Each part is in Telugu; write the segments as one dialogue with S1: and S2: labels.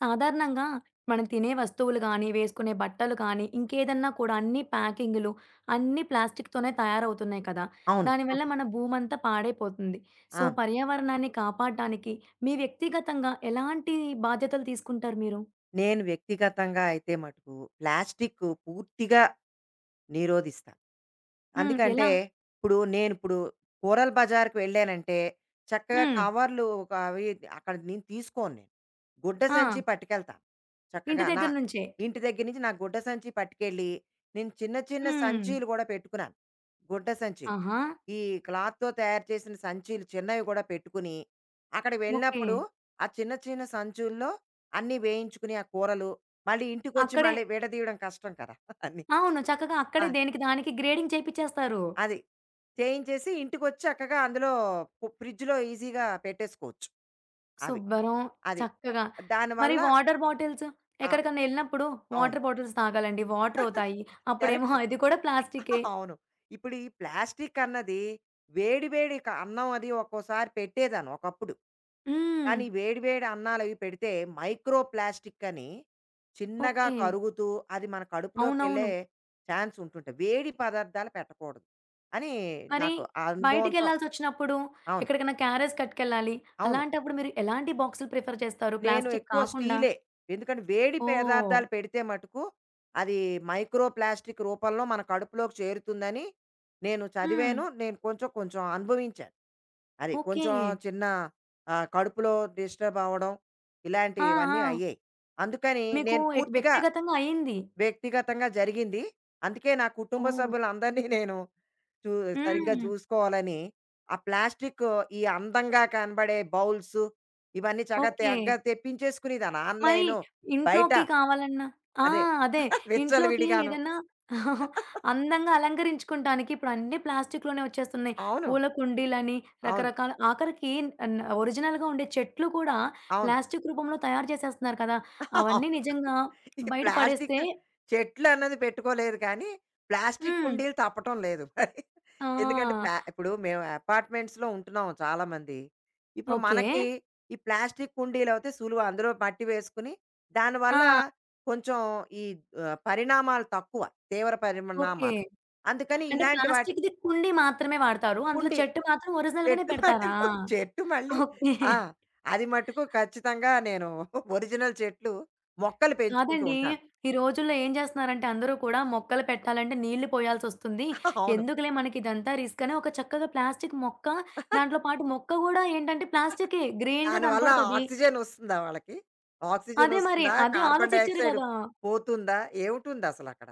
S1: సాధారణంగా మనం తినే వస్తువులు గానీ, వేసుకునే బట్టలు కానీ, ఇంకేదన్నా కూడా అన్ని ప్యాకింగ్‌లు అన్నీ ప్లాస్టిక్‌తోనే తయారవుతున్నాయి కదా!
S2: అవును.
S1: దానివల్ల మన భూమంతా పాడైపోతుంది. సో,
S2: అవును.
S1: పర్యావరణాన్ని కాపాడటానికి మీ వ్యక్తిగతంగా ఎలాంటి బాధ్యతలు తీసుకుంటారు మీరు?
S2: నేను వ్యక్తిగతంగా అయితే మటుకు ప్లాస్టిక్ పూర్తిగా నిరోధిస్తా.
S1: హ్మ్.
S2: అందుకంటే,
S1: ఎలా?
S2: ఇప్పుడు నేనిప్పుడు కూరల బజార్‌కి వెళ్ళానంటే, చక్కగా
S1: హ్మ్.
S2: కవర్లు ఒక అవి అక్కడ నేను తీసుకోను. గుడ్డ
S1: ఆ!
S2: సంచి పట్టుకెళ్తాను.
S1: ఇంటి
S2: చక్కగా నా
S1: దగ్గర నుంచే.
S2: ఇంటి దగ్గర నుంచి నా గుడ్డ సంచి పట్టుకెళ్ళి, నేను చిన్న చిన్న
S1: హ్మ్.
S2: సంచీలు గూడా పెట్టుకున్నాను. గుడ్డ సంచీలు.
S1: ఆహా!
S2: ఈ క్లాత్‌తో తయారు చేసిన సంచీలు చిన్నవి గూడా పెట్టుకుని, అక్కడికి
S1: ఓకే.
S2: వెళ్ళినప్పుడు ఆ చిన్న చిన్న సంచుల్లో అన్నీ వేయించుకుని, ఆ కూరలు మళ్ళీ ఇంటికొచ్చి
S1: అక్కడే
S2: మళ్ళీ విడదీయడం కష్టం కదా! అన్నీ.
S1: అవును. చక్కగా
S2: ఆ!
S1: అక్కడే దేనికి దానికి గ్రేడింగ్ చేపిచ్చేస్తారు.
S2: అది. చేయించేసి ఇంటికొచ్చి చక్కగా అందులో ఫ్రిడ్జ్‌లో ఈజీగా పెట్టేసుకోవచ్చు. అవి.
S1: శుభ్రం,
S2: అది.
S1: చక్కగా. మరి
S2: దానివల్ల
S1: వాటర్ బాటిల్స్
S2: ఆ!
S1: ఎక్కడికన్నా ఎళ్ళినప్పుడు
S2: అవును.
S1: Water bottles తాగాలండి. వాటర్ అవుతాయి. అప్పుడేమో
S2: కరెక్ట్.
S1: అది కూడా ప్లాస్టికే.
S2: అవును. ఇప్పుడు ఈ ప్లాస్టిక్ అన్నది వేడి వేడి అన్నం అది ఒక్కోసారి పెట్టేదాన్ని ఒకప్పుడు.
S1: హ్మ్.
S2: కానీ వేడి వేడి అన్నాలవి పెడితే మైక్రో ప్లాస్టిక్ అని చిన్నగా
S1: ఓకే.
S2: కరుగుతూ అది మన
S1: అవునవును.
S2: కడుపులోకెళ్ళే ఛాన్స్ ఉంటుంటది. వేడి పదార్థాలు పెట్టకూడదు అని
S1: మరి
S2: నాకు ఆ అనుభవంతో
S1: బయటికెళ్ళాల్సొచ్చినప్పుడు
S2: అవును.
S1: ఎక్కడికైనా క్యారేజ్ కట్టుకెళ్ళాలి.
S2: అవును.
S1: అలాంటప్పుడు మీరు ఎలాంటి బాక్సులు ప్రిఫర్ చేస్తారు?
S2: నేను
S1: ప్లాస్టిక్
S2: ఎక్కువ
S1: కాకుండా?
S2: స్టీలే. ఎందుకంటే వేడి
S1: ఓహ్!
S2: పదార్థాలు పెడితే మటుకు అది మైక్రో ప్లాస్టిక్ రూపంలో మన కడుపులోకి చేరుతుందని నేను
S1: హ్మ్.
S2: చదివాను. నేను కొంచెం కొంచెం అనుభవించాను. అది
S1: ఓకే.
S2: కొంచెం చిన్న కడుపులో డిస్టర్బ్ అవ్వడం
S1: ఆ!
S2: ఇలాంటివన్నీ
S1: ఆ!
S2: అయ్యాయి. అందుకని
S1: మీకు
S2: నేను పూర్తిగా
S1: వ్యక్తిగతంగా అయింది.
S2: వ్యక్తిగతంగా జరిగింది. అందుకే నా కుటుంబ
S1: ఓహ్!
S2: సభ్యులందరినీ నేను చూ సరిగ్గా
S1: హ్మ్.
S2: చూసుకోవాలని, ఆ ప్లాస్టికు ఈ అందంగా కనబడే బౌల్స్ ఇవన్నీ చక్కగా
S1: ఓకే.
S2: తెగ్గా తెప్పించేసుకునేదాన్ని.
S1: మరి
S2: ఆన్‌లైను, బయట
S1: ఇంట్లోకి కావాలన్నా ఆ!
S2: అదే
S1: అదే. ఇంట్లోకి
S2: విచ్చలవిడిగాను.
S1: ఏదన్నా అందంగా అలంకరించుకుంటానికి ఇప్పుడు అన్నీ ప్లాస్టిక్‌లోనే వచ్చేస్తున్నాయి.
S2: అవును.
S1: పూల కుండీలని,
S2: అవును.
S1: రకరకాల ఆఖరికి ఆన్ ఒరిజినల్‌గా ఉండే చెట్లు కూడా
S2: అవును.
S1: ప్లాస్టిక్ రూపంలో తయారు చేసేస్తున్నారు కదా! అవన్నీ నిజంగా
S2: ఈ
S1: బయట పడేస్తే
S2: ప్లాస్టిక్ చెట్లు అన్నది పెట్టుకోలేదు కానీ, ప్లాస్టిక్
S1: హ్మ్.
S2: కుండీలు తప్పటం లేదు. మరి ఎందుకంటే
S1: ఆ!
S2: ఇప్పుడు మేము అపార్ట్మెంట్స్‌లో ఉంటున్నాం చాలామంది. ఇప్పుడు
S1: ఓకే.
S2: మనకి ఈ ప్లాస్టిక్ కుండీలవుతే సులువు. అందులో మట్టి వేసుకుని,
S1: ఆ!
S2: దానివల్ల కొంచెం ఈ పరిణామాలు తక్కువ. తీవ్ర
S1: ఓకే.
S2: పరిణామాలు. అందుకని
S1: అంటే
S2: ఇలాంటి వాటి
S1: ప్లాస్టిక్‌ది కుండీ మాత్రమే వాడతారు. అందులో
S2: కుండీ
S1: చెట్టు మాత్రం ఒరిజినల్‌గానే
S2: చెట్టు
S1: పెడతారా?
S2: మటుకు చెట్టు మళ్ళీ
S1: ఓకే.
S2: ఆ! అది మటుకు ఖచ్చితంగా నేను ఒరిజినల్ చెట్లు, మొక్కలు పెంచుకుంటూ
S1: కాదండి.
S2: ఉంటాను.
S1: ఈ రోజుల్లో ఏం జేస్తున్నారంటే అందరూ కూడా మొక్కలు పెట్టాలంటే నీళ్లు పోయాల్సొస్తుంది.
S2: అవును.
S1: ఎందుకులే మనకిదంతా రిస్క్ అని ఒక చక్కగా ప్లాస్టిక్ మొక్క, దాంట్లో పాటు మొక్క గూడా ఏంటంటే ప్లాస్టికే గ్రీన్‌గా
S2: దానివల్ల
S1: కనపడతది.
S2: ఆక్సిజన్ ఒస్తుందా వాళ్ళకి? ఆక్సిజన్
S1: అదే మరి.
S2: ఒస్తుందా?
S1: అదే
S2: కార్బన్
S1: ఆలోచిచ్చారు
S2: డయాక్సైడ్
S1: గదా!
S2: పోతుందా? ఏవుటుందసలక్కడ?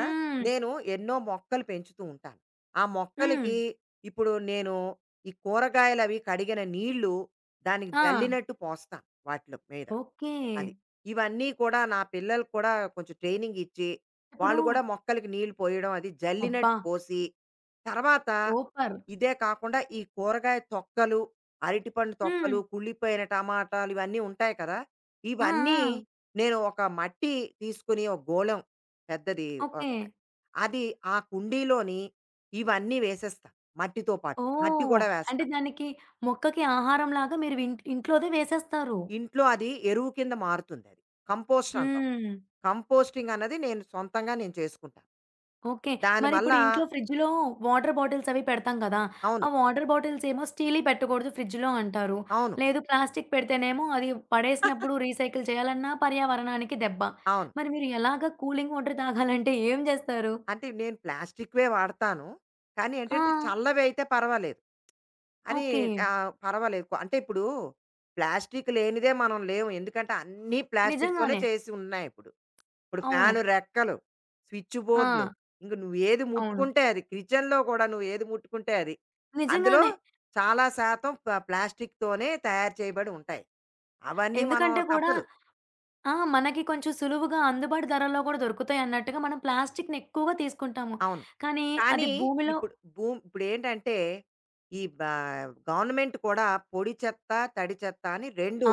S2: ఆ! నేను ఎన్నో మొక్కలు పెంచుతూ ఉంటాను. ఆ
S1: హ్మ్.
S2: మొక్కలకి ఇప్పుడు నేను ఈ కూరగాయలవి కడిగిన నీళ్ళు దానికి
S1: ఆ!
S2: జల్లినట్టు పోస్తాను వాటిలో మీద.
S1: ఓకే.
S2: అది. ఇవన్నీ కూడా నా పిల్లలకి కూడా కొంచెం ట్రైనింగ్ ఇచ్చి,
S1: ఇప్పుడు
S2: వాళ్ళు కూడా మొక్కలకి నీళ్ళు పోయడం అది
S1: అబ్బా!
S2: జల్లినట్టు పోసి, తర్వాత
S1: సూపర్.
S2: ఇదే కాకుండా ఈ కూరగాయ తొక్కలు, అరటిపండు
S1: హ్మ్.
S2: తొక్కలు, కుళ్ళిపోయిన టమాటాలు ఇవన్నీ ఉంటాయి కదా!
S1: ఆ!
S2: ఇవన్నీ
S1: ఆ!
S2: నేను ఒక మట్టి తీసుకుని ఒక గోళం పెద్దది ఒక
S1: ఓకే.
S2: అది ఆ కుండీలోని ఇవన్నీ వేసేస్తా. మట్టితో పాటు. మట్టి
S1: ఓహ్!
S2: కూడా వేస్తా.
S1: అంటే దానికి మొక్కకి ఆహారంలాగా మీరు ఇంట్లోదే వేసేస్తారు.
S2: ఇంట్లో అది ఎరువు కింద మారుతుందది. కంపోస్ట్ అంటాం.
S1: హ్మ్.
S2: కంపోస్టింగ్ అన్నది నేను సొంతంగా చేసుకుంటాను.
S1: ఓకే.
S2: దానివల్ల
S1: మరిప్పుడు ఇంట్లో ఫ్రిడ్జ్‌లో వాటర్ బాటిల్స్ అవి పెడతాం కదా! ఆ
S2: అవును.
S1: వాటర్ బాటిల్స్ ఏమో స్టీల్‌యి పెట్టకూడదు ఫ్రిడ్జ్‌లో అంటారు.
S2: అవును.
S1: లేదు ప్లాస్టిక్ పెడితేనేమో అది పడేసినప్పుడు రీసైకిల్ చేయాలన్నా పర్యావరణానికి దెబ్బ.
S2: అవును.
S1: మరి మీరు ఎలాగా కూలింగ్ వాటర్ తాగాలంటే ఏం జేస్తారు?
S2: అంటే నేను ప్లాస్టిక్‌వే వాడతాను. కానీ
S1: ఆ!
S2: ఏంటంటే చల్లవైతే పర్వాలేదు. అని
S1: ఓకే.
S2: పర్వాలేదు. అంటే ఇప్పుడు ప్లాస్టిక్ లేనిదే మనం లేము. ఎందుకంటే అన్నీ ప్లాస్టిక్‌తోనే
S1: నిజంగానే.
S2: చేసి ఉన్నాయిప్పుడు. ఇప్పుడు
S1: అవును.
S2: ఫ్యాను రెక్కలు, స్విచ్ బోర్డ్‌లు,
S1: ఆ!
S2: ఇంక నువ్వేది
S1: అవును.
S2: ముట్టుకుంటే అది. కిచెన్‌లో కూడా నువ్వేది ముట్టుకుంటే అది. అందులో
S1: నిజంగానే.
S2: చాలా శాతం ప్లాస్టిక్‌తోనే తయారు చేయబడి ఉంటాయి. అవన్నీ మనం
S1: ఎందుకంటే కూడా
S2: తప్పదు.
S1: ఆ! మనకి కొంచెం సులువుగా అందుబాటు ధరల్లో కూడా దొరుకుతాయి అన్నట్టుగా మనం ప్లాస్టిక్‌ని ఎక్కువగా తీసుకుంటాము.
S2: అవును.
S1: కానీ అది
S2: కానీ
S1: భూమిలో
S2: ఇప్పుడు ఇప్పుడేంటంటే, ఈ గవర్నమెంట్ కూడా పొడి చెత్త, తడి చెత్త అని 2
S1: ఆ!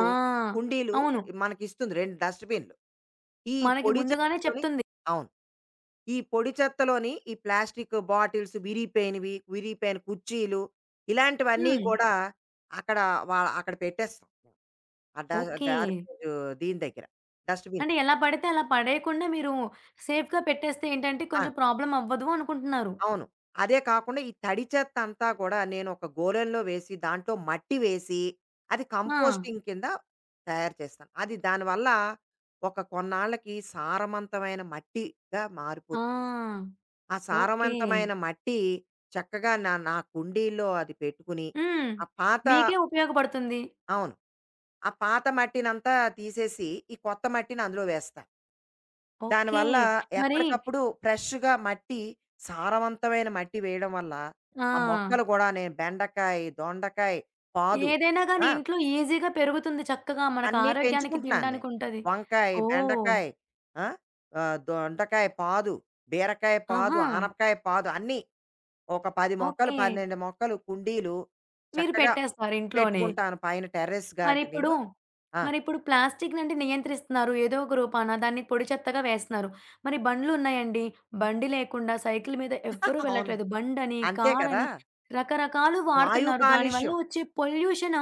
S2: కుండీలు
S1: అవును.
S2: మనకిస్తుంది. 2 డస్ట్‌బిన్‌లు. ఈ
S1: మనకి
S2: పొడి
S1: ముందుగానే
S2: చెత్తతోని
S1: చెప్తుంది.
S2: అవును. ఈ పొడి చెత్తలోని ఈ ప్లాస్టిక్ బాటిల్స్ విరిగిపోయినవి, విరిగిపోయిన కుర్చీలు ఇలాంటివన్నీ
S1: హ్మ్.
S2: కూడా అక్కడ అక్కడ పెట్టేస్తాం. మేము. ఆ డ
S1: ఓకే.
S2: గార్బేజు దీని దగ్గర డస్ట్‌బిన్.
S1: అంటే ఎలా పడితే అలా పడేయకుండా మీరు సేఫ్‌గా పెట్టేస్తే ఏంటంటే
S2: ఆ!
S1: కొంచెం ప్రాబ్లమ్ అవ్వదు అనుకుంటున్నారు.
S2: అవును. అదే కాకుండా ఈ తడి చెత్త అంతా కూడా నేను ఒక గోళంలో వేసి దాంట్లో మట్టి వేసి అది
S1: ఆ!
S2: కంపోస్టింగ్ కింద తయారు చేస్తాను. అది దానివల్ల ఒక కొన్నాళ్ళకి సారవంతమైన మట్టిగా మారిపోతుంది.
S1: ఆ!
S2: ఆ
S1: ఓకే.
S2: సారవంతమైన మట్టి చక్కగా నా నా కుండీల్లో అది పెట్టుకుని,
S1: హ్మ్.
S2: ఆ పాత
S1: మీకే ఉపయోగపడుతుంది.
S2: అవును. ఆ పాత మట్టినంతా తీసేసి, ఈ కొత్త మట్టిని అందులో వేస్తా.
S1: ఓకే.
S2: దానివల్ల
S1: మరి
S2: ఎప్పటికప్పుడు ఫ్రెష్‌గా మట్టి, సారవంతమైన మట్టి వేయడం వల్ల, ఆ మొక్కలు
S1: ఆ!
S2: కూడా నేను బెండకాయ, దొండకాయ, పాదు
S1: ఏదైనా గాని
S2: ఆ!
S1: ఇంట్లో ఈజీగా పెరుగుతుంది చక్కగా. మనకు
S2: అన్నీ
S1: ఆరోగ్యానికి
S2: పెంచుకుంటున్నాను నేను.
S1: తినడానికి ఉంటది.
S2: వంకాయ,
S1: ఓహ్!
S2: బెండకాయ, ఆ! దొండకాయ పాదు, బీరకాయ పాదు,
S1: ఆహా!
S2: ఆనపకాయ పాదు అన్నీ. ఒక 10 మొక్కలు,
S1: ఓకే.
S2: 12 మొక్కలు కుండీలు
S1: మీరు
S2: చక్కగా
S1: పెట్టేస్తారు ఇంట్లోనే.
S2: పెట్టుకుంటాను పైన టెర్రస్
S1: మరిప్పుడు,
S2: గార్డెనింగు. ఆ!
S1: మరిప్పుడు ప్లాస్టిక్ నుండి నియంత్రిస్తున్నారు ఏదో ఒక రూపాన. దాన్ని పొడి చెత్తగా వేస్తున్నారు. మరి బండ్లున్నాయండి. బండి లేకుండా సైకిల్ మీద ఎవ్వరూ
S2: అవును.
S1: వెళ్ళట్లేదు. బండని,
S2: అంతే కదా!
S1: కారని రకరకాలు
S2: వాయు
S1: వాడుతున్నారు. దానివల్ల
S2: కాలుష్యం.
S1: వచ్చే పొల్యూషన్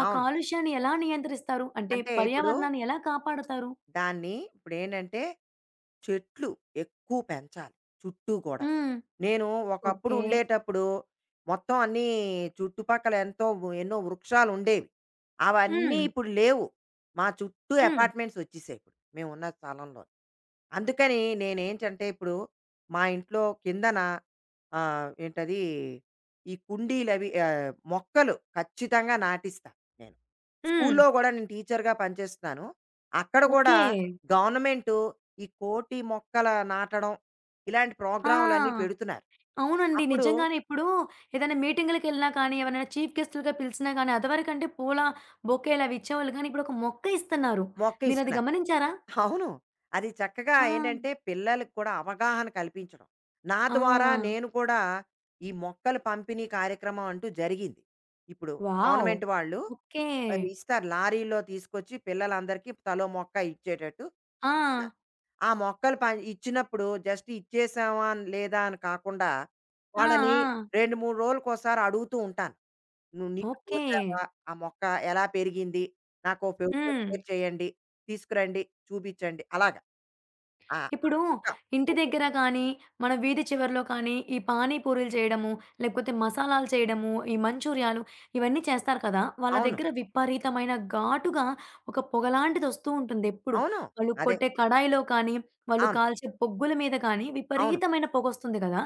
S1: ఆ
S2: అవును.
S1: కాలుష్యాన్ని ఎలా నియంత్రిస్తారు? అంటే
S2: అంటే ఇప్పుడు
S1: పర్యావరణాన్ని ఎలా కాపాడతారు?
S2: దాన్ని ఇప్పుడేంటంటే చెట్లు ఎక్కువ పెంచాలి చుట్టూ గూడా.
S1: హ్మ్.
S2: నేను ఒకప్పుడు
S1: ఓకే.
S2: ఉండేటప్పుడు మొత్తం అన్నీ చుట్టుపక్కల ఎంతో ఎన్నో వృక్షాలుండేవి. అవన్నీ
S1: హ్మ్.
S2: ఇప్పుడు లేవు. మా చుట్టూ
S1: హ్మ్.
S2: అపార్ట్మెంట్స్ వచ్చేసాయి ఇప్పుడు మేమున్న స్థలంలో. అందుకని నేనేంటంటే ఇప్పుడు మా ఇంట్లో కిందన ఏంటది ఈ కుండీలవి మొక్కలు ఖచ్చితంగా నాటిస్తా నేను.
S1: హ్మ్.
S2: స్కూల్లో గూడా నేను టీచర్‌గా పనిచేస్తున్నాను. అక్కడ గూడా
S1: ఓకే.
S2: గవర్నమెంటు ఈ కోటి మొక్కల నాటడం ఇలాంటి
S1: ఆ!
S2: ప్రోగ్రాములన్నీ పెడుతున్నారు.
S1: అవునండి.
S2: అప్పుడు
S1: నిజంగానే ఇప్పుడు ఏదైనా మీటింగులకెళ్ళినా కానీ, ఎవరైనా చీఫ్ గెస్ట్‌లుగా పిలిచినా గానీ, అదివరకంటే పూల బొకేలు అవి ఇచ్చేవాళ్ళు గానీ, ఇప్పుడు ఒక మొక్క ఇస్తున్నారు.
S2: మొక్క
S1: మీరది
S2: ఇస్తున్నారు.
S1: గమనించారా?
S2: అవును. అది చక్కగా
S1: ఆ!
S2: ఏంటంటే పిల్లలకి కూడా అవగాహన కల్పించడం. నా
S1: ఆ!
S2: ద్వారా నేను కూడా ఈ మొక్కలు పంపిణీ కార్యక్రమం అంటూ జరిగింది. ఇప్పుడు
S1: వావ్!
S2: గవర్నమెంట్ వాళ్ళు
S1: ఓకే.
S2: ఇస్తారు లారీలో తీసుకొచ్చి పిల్లలందరికీ తలో మొక్క ఇచ్చేటట్టు
S1: ఆ!
S2: ఇస్తున్నారు. ఆ మొక్కలు ఇచ్చినప్పుడు జస్ట్ ఇచ్చేసామా అని లేదా అని కాకుండా
S1: ఆ!
S2: వాళ్ళని
S1: ఆ!
S2: 2, 3 రోజులకోసారి అడుగుతూ ఉంటాను. నువ్వు నీళ్ళు
S1: ఓకే.
S2: పోసావా? ఆ మొక్క ఎలా పెరిగింది? నాకో ఫోటో
S1: హ్మ్.
S2: షేర్ చేయండి. తీసుకురండి, చూపించండి. అలాగా. ఆ! ఆ
S1: ఇప్పుడు
S2: మొక్క
S1: ఇంటి
S2: ఫోటో.
S1: దగ్గర కానీ, మన వీధి చివరలో కానీ, ఈ పానీ పూరీలు చేయడము, లేకపోతే మసాలాలు చేయడము, ఈ మంచూరియాలు ఇవన్నీ చేస్తారు కదా! వాళ్ళ
S2: అవును.
S1: దగ్గర విపరీతమైన ఘాటుగా ఒక పొగలాంటిదొస్తూ ఉంటుందెప్పుడు.
S2: అవును.
S1: వాళ్ళు
S2: అదే.
S1: కొట్టే కడాయిలో కానీ, వాళ్ళు
S2: అవును.
S1: కాల్చే బొగ్గుల మీద కానీ
S2: అవును.
S1: విపరీతమైన పొగొస్తుంది కదా!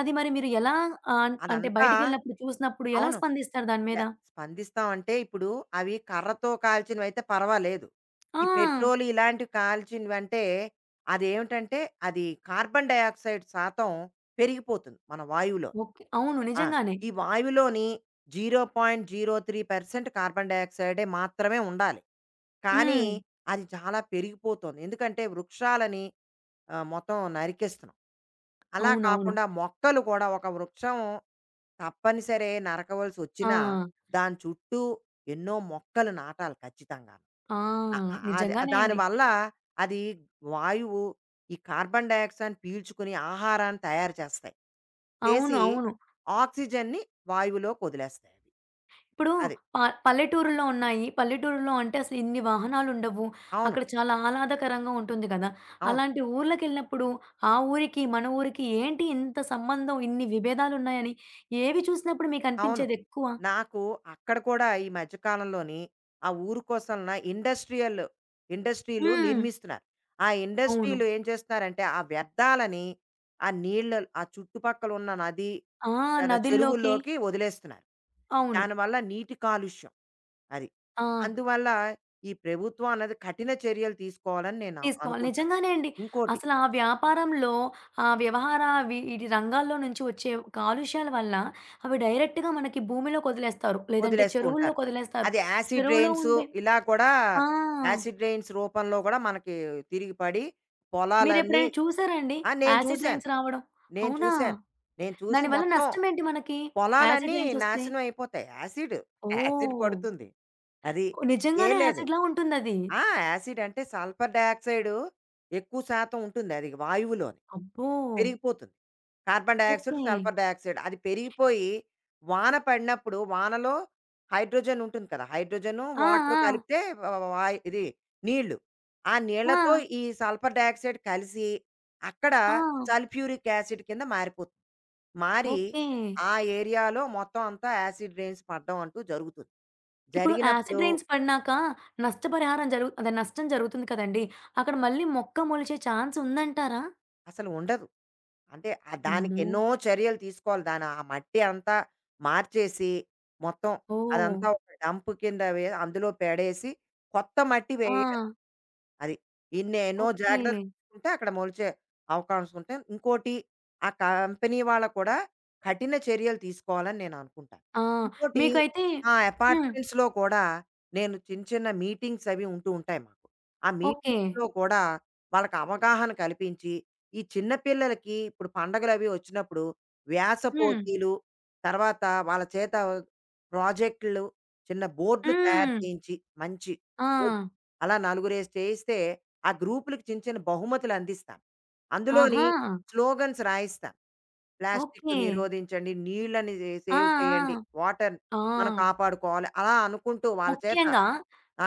S1: అది మరి మీరు ఎలా అంటే
S2: అదంతా
S1: బయటికెళ్ళినప్పుడు చూసినప్పుడు ఎలా
S2: అవును.
S1: స్పందిస్తారు దాని
S2: ఎ
S1: మీద?
S2: స్పందిస్తాం అంటే ఇప్పుడు అవి కర్రతో కాల్చినవైతే పర్వాలేదు.
S1: ఆ!
S2: ఈ పెట్రోల్ ఇలాంటివి కాల్చినవంటే అదేమిటంటే అది ఏమిటంటే అది కార్బన్ డయాక్సైడ్ శాతం పెరిగిపోతుంది మన వాయువులో.
S1: ఓకే. అవును.
S2: ఆ!
S1: నిజంగానే.
S2: ఈ వాయువులోని 0.03% కార్బన్ డయాక్సైడే మాత్రమే ఉండాలి. కానీ
S1: హ్మ్.
S2: అది చాలా పెరిగిపోతోంది. ఎందుకంటే వృక్షాలని మొత్తం నరికేస్తున్నాం. అలా
S1: అవునవును.
S2: కాకుండా మొక్కలు కూడా ఒక వృక్షం తప్పనిసరే
S1: ఆ!
S2: నరకవలసొచ్చినా, దాని చుట్టూ ఎన్నో మొక్కలు నాటాలి ఖచ్చితంగాను.
S1: ఆ!
S2: అ అ అది
S1: నిజంగానే అండి.
S2: దానివల్ల అది వాయువు ఈ కార్బన్ డయాక్సైడ్‌ని పీల్చుకుని ఆహారాన్ని తయారు చేస్తాయి.
S1: అవును.
S2: చేసి
S1: అవును.
S2: ఆక్సిజన్‌ని వాయువులోకొదిలేస్తాయి.
S1: ఇప్పుడు
S2: అది.
S1: ప పల్లెటూరులో ఉన్నాయి. పల్లెటూరులో అంటే అసలు ఇన్ని వాహనాలుండవు.
S2: అవును.
S1: అక్కడ చాలా ఆహ్లాదకరంగా ఉంటుంది కదా!
S2: అవును.
S1: అలాంటి ఊర్లకెళ్ళినప్పుడు ఆ ఊరికి, మన ఊరికి ఏంటి ఇంత సంబంధం, ఇన్ని విభేదాలున్నాయని ఏవి చూసినప్పుడు
S2: అవును.
S1: మీకనిపించేదెక్కువ?
S2: నాకు అక్కడ కూడా ఈ మధ్య కాలంలోని ఆ ఊరు కోసం ఇండస్ట్రియల్ ఇండస్ట్రీలు
S1: హ్మ్.
S2: నిర్మిస్తున్నారు. ఆ
S1: అవును.
S2: ఇండస్ట్రీలు ఏం చేస్తున్నారంటే ఆ వ్యర్థాలని ఆ నీళ్ళ ఆ చుట్టుపక్కల ఉన్న నది
S1: ఆ!
S2: తన
S1: నదుల్లోకి
S2: చెరువుల్లోకి వదిలేస్తున్నారు.
S1: అవును.
S2: దానివల్ల నీటి కాలుష్యం అది.
S1: ఆ!
S2: అందువల్ల ఈ ప్రభుత్వం అన్నది కఠిన చర్యలు తీసుకోవాలని నేను
S1: తీసుకోవాలి.
S2: అనుకుంటాను.
S1: నిజంగానే అండి.
S2: ఇంకోటి
S1: అసలా వ్యాపారంలో వ్యవహార ఇటి రంగాల్లో నుంచి వచ్చే కాలుష్యాల వల్ల అవి డైరెక్ట్‌గా మనకి భూమిలోకి వదిలేస్తారు. లేదంటే
S2: వదిలేస్తూ ఉంటారు.
S1: చెరువుల్లోకి వదిలేస్తారు.
S2: అది యాసిడ్
S1: చెరువులో
S2: రెయిన్సు
S1: ఉండే
S2: ఇలా కూడా
S1: ఆ!
S2: యాసిడ్ రెయిన్స్ రూపంలో గూడా మనకి తిరిగి పడి పొలాలన్నీ
S1: మీరెప్పుడైనా చూసారా అండి?
S2: ఆ! నేను
S1: యాసిడ్
S2: చూసాను.
S1: రైన్స్ రావడం?
S2: నేను
S1: అవునా?
S2: చూసాను. నేను చూసి
S1: దానివల్ల
S2: మొత్తం
S1: నష్టం ఏంటి మనకి? యాసిడ్
S2: పొలాలన్నీ
S1: రైన్స్ వస్తే?
S2: నాశనం అయిపోతాయి. Acid, acid
S1: oh!
S2: పడుతుంది. అది. ఏం
S1: నిజంగానే
S2: లేదు.
S1: యాసిడ్‌లా ఉంటుందది.
S2: ఆ! యాసిడ్ అంటే సల్ఫర్ డయాక్సైడ్ ఎక్కువ శాతం ఉంటుంది అది వాయువులోని.
S1: అబ్బో!
S2: పెరిగిపోతుంది. Carbon dioxide,
S1: okay.
S2: Sulphur dioxide అది పెరిగిపోయి వాన పడినప్పుడు వానలో హైడ్రోజన్ ఉంటుంది కదా! హైడ్రోజను,
S1: ఆ!
S2: వాటర్
S1: ఆ!
S2: కలిపితే వ వాయ్ ఇది నీళ్ళు. ఆ
S1: ఆ!
S2: నీళ్ళతో ఈ సల్ఫర్ డయాక్సైడ్ కలిసి అక్కడ
S1: ఆ!
S2: సల్ఫ్యూరిక్ యాసిడ్ కింద మారిపోతుంది. మారి
S1: ఓకే.
S2: ఆ ఏరియాలో మొత్తం అంతా యాసిడ్ రెయిన్స్ పడ్డం అంటూ జరుగుతుంది.
S1: ఇప్పుడు
S2: జరిగినప్పుడు
S1: యాసిడ్ రైన్స్ పడినాక నష్టపరిహారం జరుగు అదే నష్టం జరుగుతుంది కదండీ! అక్కడ మళ్ళీ మొక్క మొలిచే ఛాన్స్ ఉందంటారా?
S2: అసలు ఉండదు. అంటే దానికి
S1: అమ్మో!
S2: ఎన్నో చర్యలు తీసుకోవాలి. దాని ఆ మట్టి అంతా మార్చేసి, మొత్తం
S1: ఓహ్!
S2: అదంతా ఒక డంప్ కింద అందులో పడేసి కొత్త మట్టి
S1: ఆ!
S2: వేయాలి. అది. ఇన్ని ఎన్నో
S1: ఓకే.
S2: జాగ్రత్తలు తీసుకుంటే అక్కడ మొలిచే అవకాశం ఉంటే ఇంకోటి ఆ కంపెనీ వాళ్ళు కూడా కఠిన చర్యలు తీసుకోవాలని నేను అనుకుంటాను.
S1: ఆ!
S2: ఇంకోటి
S1: మీకైతే
S2: ఆ
S1: హ్మ్.
S2: అపార్ట్మెంట్స్‌లో కూడా నేను చిన్న చిన్న మీటింగ్స్ అవి ఉంటూ ఉంటాయి మాకు. ఆ
S1: ఓకే.
S2: మీటింగ్స్‌లో కూడా వాళ్ళకి అవగాహన కల్పించి ఈ చిన్న పిల్లలకి ఇప్పుడు పండగలు అవి వచ్చినప్పుడు వ్యాస
S1: హ్మ్.
S2: పోటీలు, తర్వాత వాళ్ళ చేత ప్రాజెక్టులు, చిన్న బోర్డులు తయారు
S1: హ్మ్.
S2: చేయించి మంచి
S1: ఆ!
S2: అలా నలుగురేసి చేయిస్తే, ఆ గ్రూపులకి చిన్న చిన్న బహుమతులు అందిస్తాను. అందులోని
S1: ఆహా!
S2: స్లోగన్స్ రాయిస్తాను. Plastic
S1: okay.
S2: నిరోధించండి, నీళ్ళని
S1: ఆ!
S2: సేవ్ చేయండి,
S1: ఆ!
S2: వాటర్‌ని
S1: ఆ!
S2: మనం కాపాడుకోవాలి. అలా అనుకుంటూ వాళ్ళ చేత
S1: ముఖ్యంగా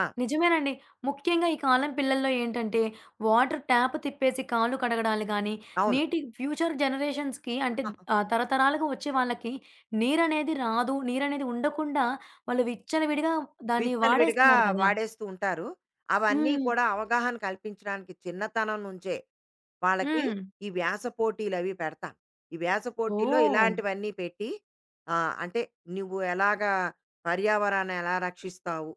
S2: ఆ!
S1: నిజమేనండి. ముఖ్యంగా ఈ కాలం పిల్లల్లో ఏంటంటే, వాటర్ ట్యాప్ తిప్పేసి కాళ్ళు కడగడాలు గానీ,
S2: అవును.
S1: నీటి ఫ్యూచర్ జనరేషన్స్‌కి అంటే తరతరాలుగా వచ్చే వాళ్ళకి నీరనేది రాదు. నీరనేది ఉండకుండా వాళ్ళు విచ్చలవిడిగా దాన్ని
S2: విచ్చలవిడిగా
S1: వాడేస్తున్నారు కదా!
S2: వాడేస్తూ ఉంటారు. అవన్నీ
S1: హ్మ్.
S2: కూడా అవగాహన కల్పించడానికి చిన్నతనం నుంచే వాళ్ళకి
S1: హ్మ్.
S2: ఈ వ్యాస పోటీలవి పెడతాను. ఈ వ్యాస పోటీల్లో
S1: ఓహ్!
S2: ఇలాంటివన్నీ పెట్టి అంటే నువ్వు ఎలాగా పర్యావరణాన్ని ఎలా రక్షిస్తావు?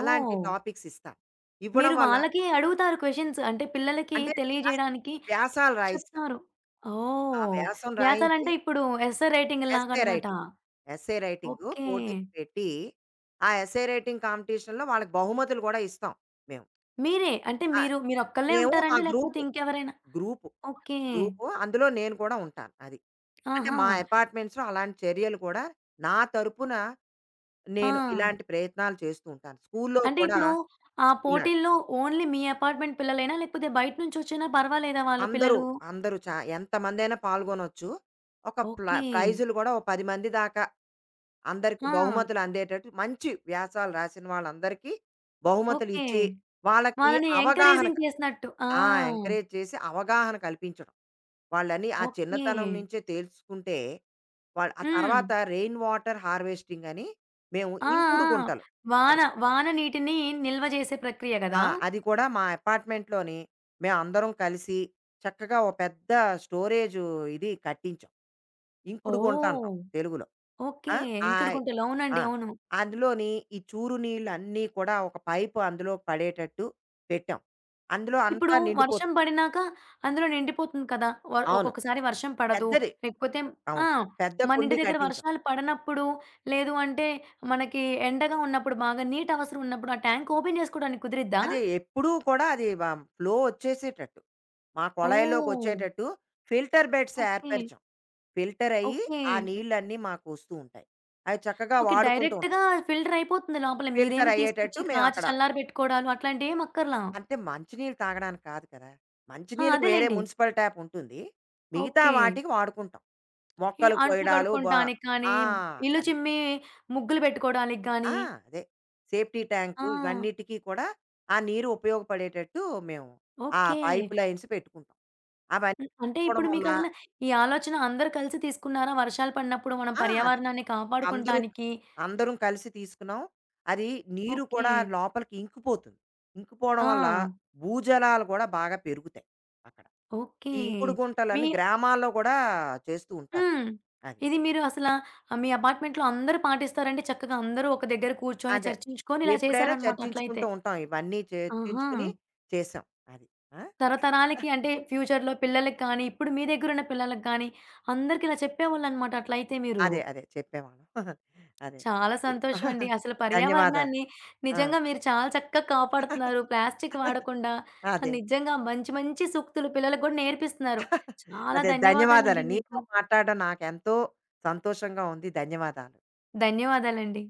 S2: అలాంటి టాపిక్స్ ఇస్తాను. ఇవ్వడం
S1: మీరు
S2: వల్ల
S1: వాళ్ళకి అడుగుతారు క్వెషన్స్. అంటే పిల్లలకి
S2: అంటే వ్యాసం,
S1: తెలియజేయడానికి
S2: వ్యాసాలు రాయిస్తాను.
S1: చెప్తారు.
S2: ఆ
S1: ఓహ్!
S2: వ్యాసం రాయించి
S1: వ్యాసాలంటే ఇప్పుడు ఎస్సే
S2: ఎస్సే
S1: రైటింగ్‌లాగనమాట.
S2: రైటింగ్. Essay writing
S1: okay.
S2: పోటీలు పెట్టి, ఆ ఎస్సే రైటింగ్ కాంపిటీషన్‌లో వాళ్ళకి బహుమతులు కూడా ఇస్తాం మేము.
S1: మీరే. అంటే
S2: ఆ!
S1: మీరొక్కళ్ళే
S2: మేము మా
S1: ఉంటారండి? లేకపోతే ఇంకెవరైనా?
S2: Group,
S1: okay.
S2: గ్రూపు అందులో నేను కూడా ఉంటాను. అది. అంటే
S1: ఆహా!
S2: మా అపార్ట్మెంట్స్‌లో అలాంటి చర్యలు కూడా నా తరపున
S1: ఆ!
S2: నేను ఇలాంటి ప్రయత్నాలు చేస్తూ ఉంటాను. స్కూల్లో
S1: అంటే
S2: కూడా
S1: ఇప్పుడు ఆ
S2: ఇలా
S1: పోటీల్లో ఓన్లీ మీ అపార్ట్‌మెంట్ పిల్లలేనా? లేకపోతే బయట నుంచొచ్చినా పర్వాలేదా వాళ్ళ
S2: అందరూ,
S1: పిల్లలు?
S2: అందరూ ఎంతమందైనా పాల్గొనొచ్చు. ఒక
S1: ఓకే.
S2: ప్రైజులు గూడా ఓ 10 మంది దాకా అందరికి
S1: ఆ!
S2: బహుమతులు అందేటట్టు మంచి వ్యాసాలు రాసిన వాళ్ళందరికీ
S1: ఓకే.
S2: బహుమతులిచ్చి, వాళ్ళకి
S1: వాళ్ళని
S2: అవగాహన క
S1: ఎంకరేజింగ్ చేసినట్టు. ఆ!
S2: ఆ! ఎంకరేజ్ చేసి అవగాహన కల్పించడం. వాళ్ళని ఆ
S1: ఓకే.
S2: చిన్నతనం నుంచే తెలుసుకుంటే, వాళ్ళు ఆ
S1: హ్మ్.
S2: తర్వాత రెయిన్ వాటర్ హార్వెస్టింగ్ అని మేము
S1: ఆ!
S2: ఇంకుడు
S1: ఆ!
S2: గుంటలు
S1: వాన
S2: కడతాం.
S1: వాన నీటిని నిల్వ చేసే ప్రక్రియ
S2: ఆ!
S1: గదా!
S2: అది కూడా మా అపార్ట్మెంట్‌లోని మేమందరం కలిసి చక్కగా ఓ పెద్ద స్టోరేజు ఇది కట్టించాం. ఇంకుడు గుంట అంటాం
S1: ఓహ్!
S2: తెలుగులో. ఆ!
S1: ఓకే. ఇంకుడు
S2: ఆయ్
S1: గుంటలు.
S2: ఆ!
S1: అవునండి. అవును.
S2: అందులోని ఈ చూరు నీళ్ళు అన్నీ కూడా ఒక పైపు అందులో పడేటట్టు పెట్టాం. అందులో అంతా
S1: ఇప్పుడు
S2: నిండిపోతుంది.
S1: వర్షం పడినాక అందులో నిండిపోతుంది కదా!
S2: అవును.
S1: ఒక్కొక్కసారి వర్షం పడదు.
S2: పెద్దది.
S1: లేకపోతే ఆ!
S2: అవును. పెద్ద
S1: మన ఇంటి
S2: కుండీ
S1: దగ్గర
S2: కట్టించాం.
S1: వర్షాలు పడనప్పుడు, లేదు అంటే మనకి ఎండగా ఉన్నప్పుడు, బాగా నీటి అవసరం ఉన్నప్పుడు ఆ ట్యాంక్ ఓపెన్ చేసుకోవడానికి కుదిరిద్దా?
S2: అది ఎప్పుడూ కూడా అది ఫ్లో వచ్చేసేటట్టు, మా
S1: ఓహ్!
S2: కొళాయిలోకొచ్చేటట్టు ఫిల్టర్ బెడ్స్
S1: ఓకే.
S2: ఏర్పరిచాం. ఫిల్టర్ అయ్యి,
S1: ఓకే.
S2: ఆ నీళ్ళన్నీ మాకు వస్తూ ఉంటాయి. అవి చక్కగా
S1: ఓకే.
S2: వాడుకుంటూ ఉంటాం.
S1: డైరెక్ట్‌గా ఫిల్టర్ అయిపోతుంది లోపల.
S2: ఫిల్టర్
S1: మీరేమి
S2: అయ్యేటట్టు
S1: తీసుకొచ్చి కాచి
S2: మేమక్కడ
S1: చల్లారి పెట్టుకోవడాలు అట్లాంటియేమి అక్కర్లా.
S2: అంటే మంచినీళ్ళు తాగడానికి కాదు కదా!
S1: ఆ!
S2: మంచినీళ్ళకి వేరే
S1: అదేలెండి.
S2: మున్సిపల్ ట్యాప్ ఉంటుంది. మిగతా
S1: ఓకే.
S2: వాటికి వాడుకుంటాం.
S1: ఈ
S2: మొక్కలు
S1: అంట్లు
S2: కొయ్యడాలు
S1: కడుక్కుంటానికి కానీ,
S2: ఆ!
S1: ఇల్లు
S2: అది.
S1: చిమ్మి ముగ్గులు పెట్టుకోవడానికి
S2: ఆ!
S1: గానీ.
S2: అదే. సేఫ్టీ ట్యాంకు
S1: ఆ!
S2: ఇవన్నిటికి కూడా ఆ నీరు ఉపయోగపడేటట్టు మేము ఆ
S1: ఓకే.
S2: పైప్ లైన్స్ పెట్టుకుంటాం. అవన్నీ
S1: హ్మ్. అంటే
S2: పెట్టుకోవడం
S1: ఇప్పుడు
S2: వల్ల
S1: మీకసల ఈ ఆలోచన అందరూ కలిసి తీసుకున్నారా? వర్షాలు పడినప్పుడు మనం
S2: ఆ! అదే.
S1: పర్యావరణాన్ని
S2: అందరూ
S1: కాపాడుకుంటానికి.
S2: అందరం కలిసి తీసుకున్నాం. అది నీరు
S1: ఓకే.
S2: కూడా లోపలికి ఇంకిపోతుంది. ఇంకిపోవడం వల్ల
S1: ఆ!
S2: భూజలాలు కూడా బాగా పెరుగుతాయి అక్కడ.
S1: ఓకే.
S2: ఈ ఇంకుడు
S1: మీ
S2: గుంటలని గ్రామాల్లో గూడా చేస్తూ ఉంటారు.
S1: హ్మ్.
S2: అది.
S1: ఇది మీరు అసల మీ అపార్ట్‌మెంట్‌లో అందరూ పాటిస్తారండి చక్కగా అందరూ ఒక దగ్గర కూర్చొని
S2: అదే.
S1: చర్చించుకొని ఇలా
S2: ఎప్పుడైనా
S1: చేశారనమాట అట్లయితే.
S2: చర్చించుకుంటూ ఉంటాం. ఇవన్నీ
S1: ఆహా!
S2: చర్చించుకుని చేసాం. అది. ఆ!
S1: తరతరాలకి అంటే ఫ్యూచర్‌లో పిల్లలకి కానీ, ఇప్పుడు మీ దగ్గరున్న పిల్లలకి కానీ అందరికి ఇలా చెప్పేవాళ్ళనమాట అట్లయితే మీరు.
S2: అదే. అదే. చెప్పేవాళ్ళం. అదే.
S1: చాలా సంతోషం అండి. అసలు
S2: ధన్యవాదాలు.
S1: పర్యావరణాన్ని
S2: ఆ!
S1: నిజంగా మీరు చాలా చక్కగా కాపాడుతున్నారు. ప్లాస్టిక్ వాడకుండా
S2: అదే.
S1: నిజంగా మంచి మంచి సూక్తులు పిల్లలకి గూడా నేర్పిస్తున్నారు. చాలా
S2: అదే.
S1: ధన్యవాదాలండి
S2: ధన్యవాదాలండి.
S1: మీకు.
S2: నీతో మాట్లాడడం నాకెంతో సంతోషంగా ఉంది. ధన్యవాదాలు.
S1: ధన్యవాదాలండి.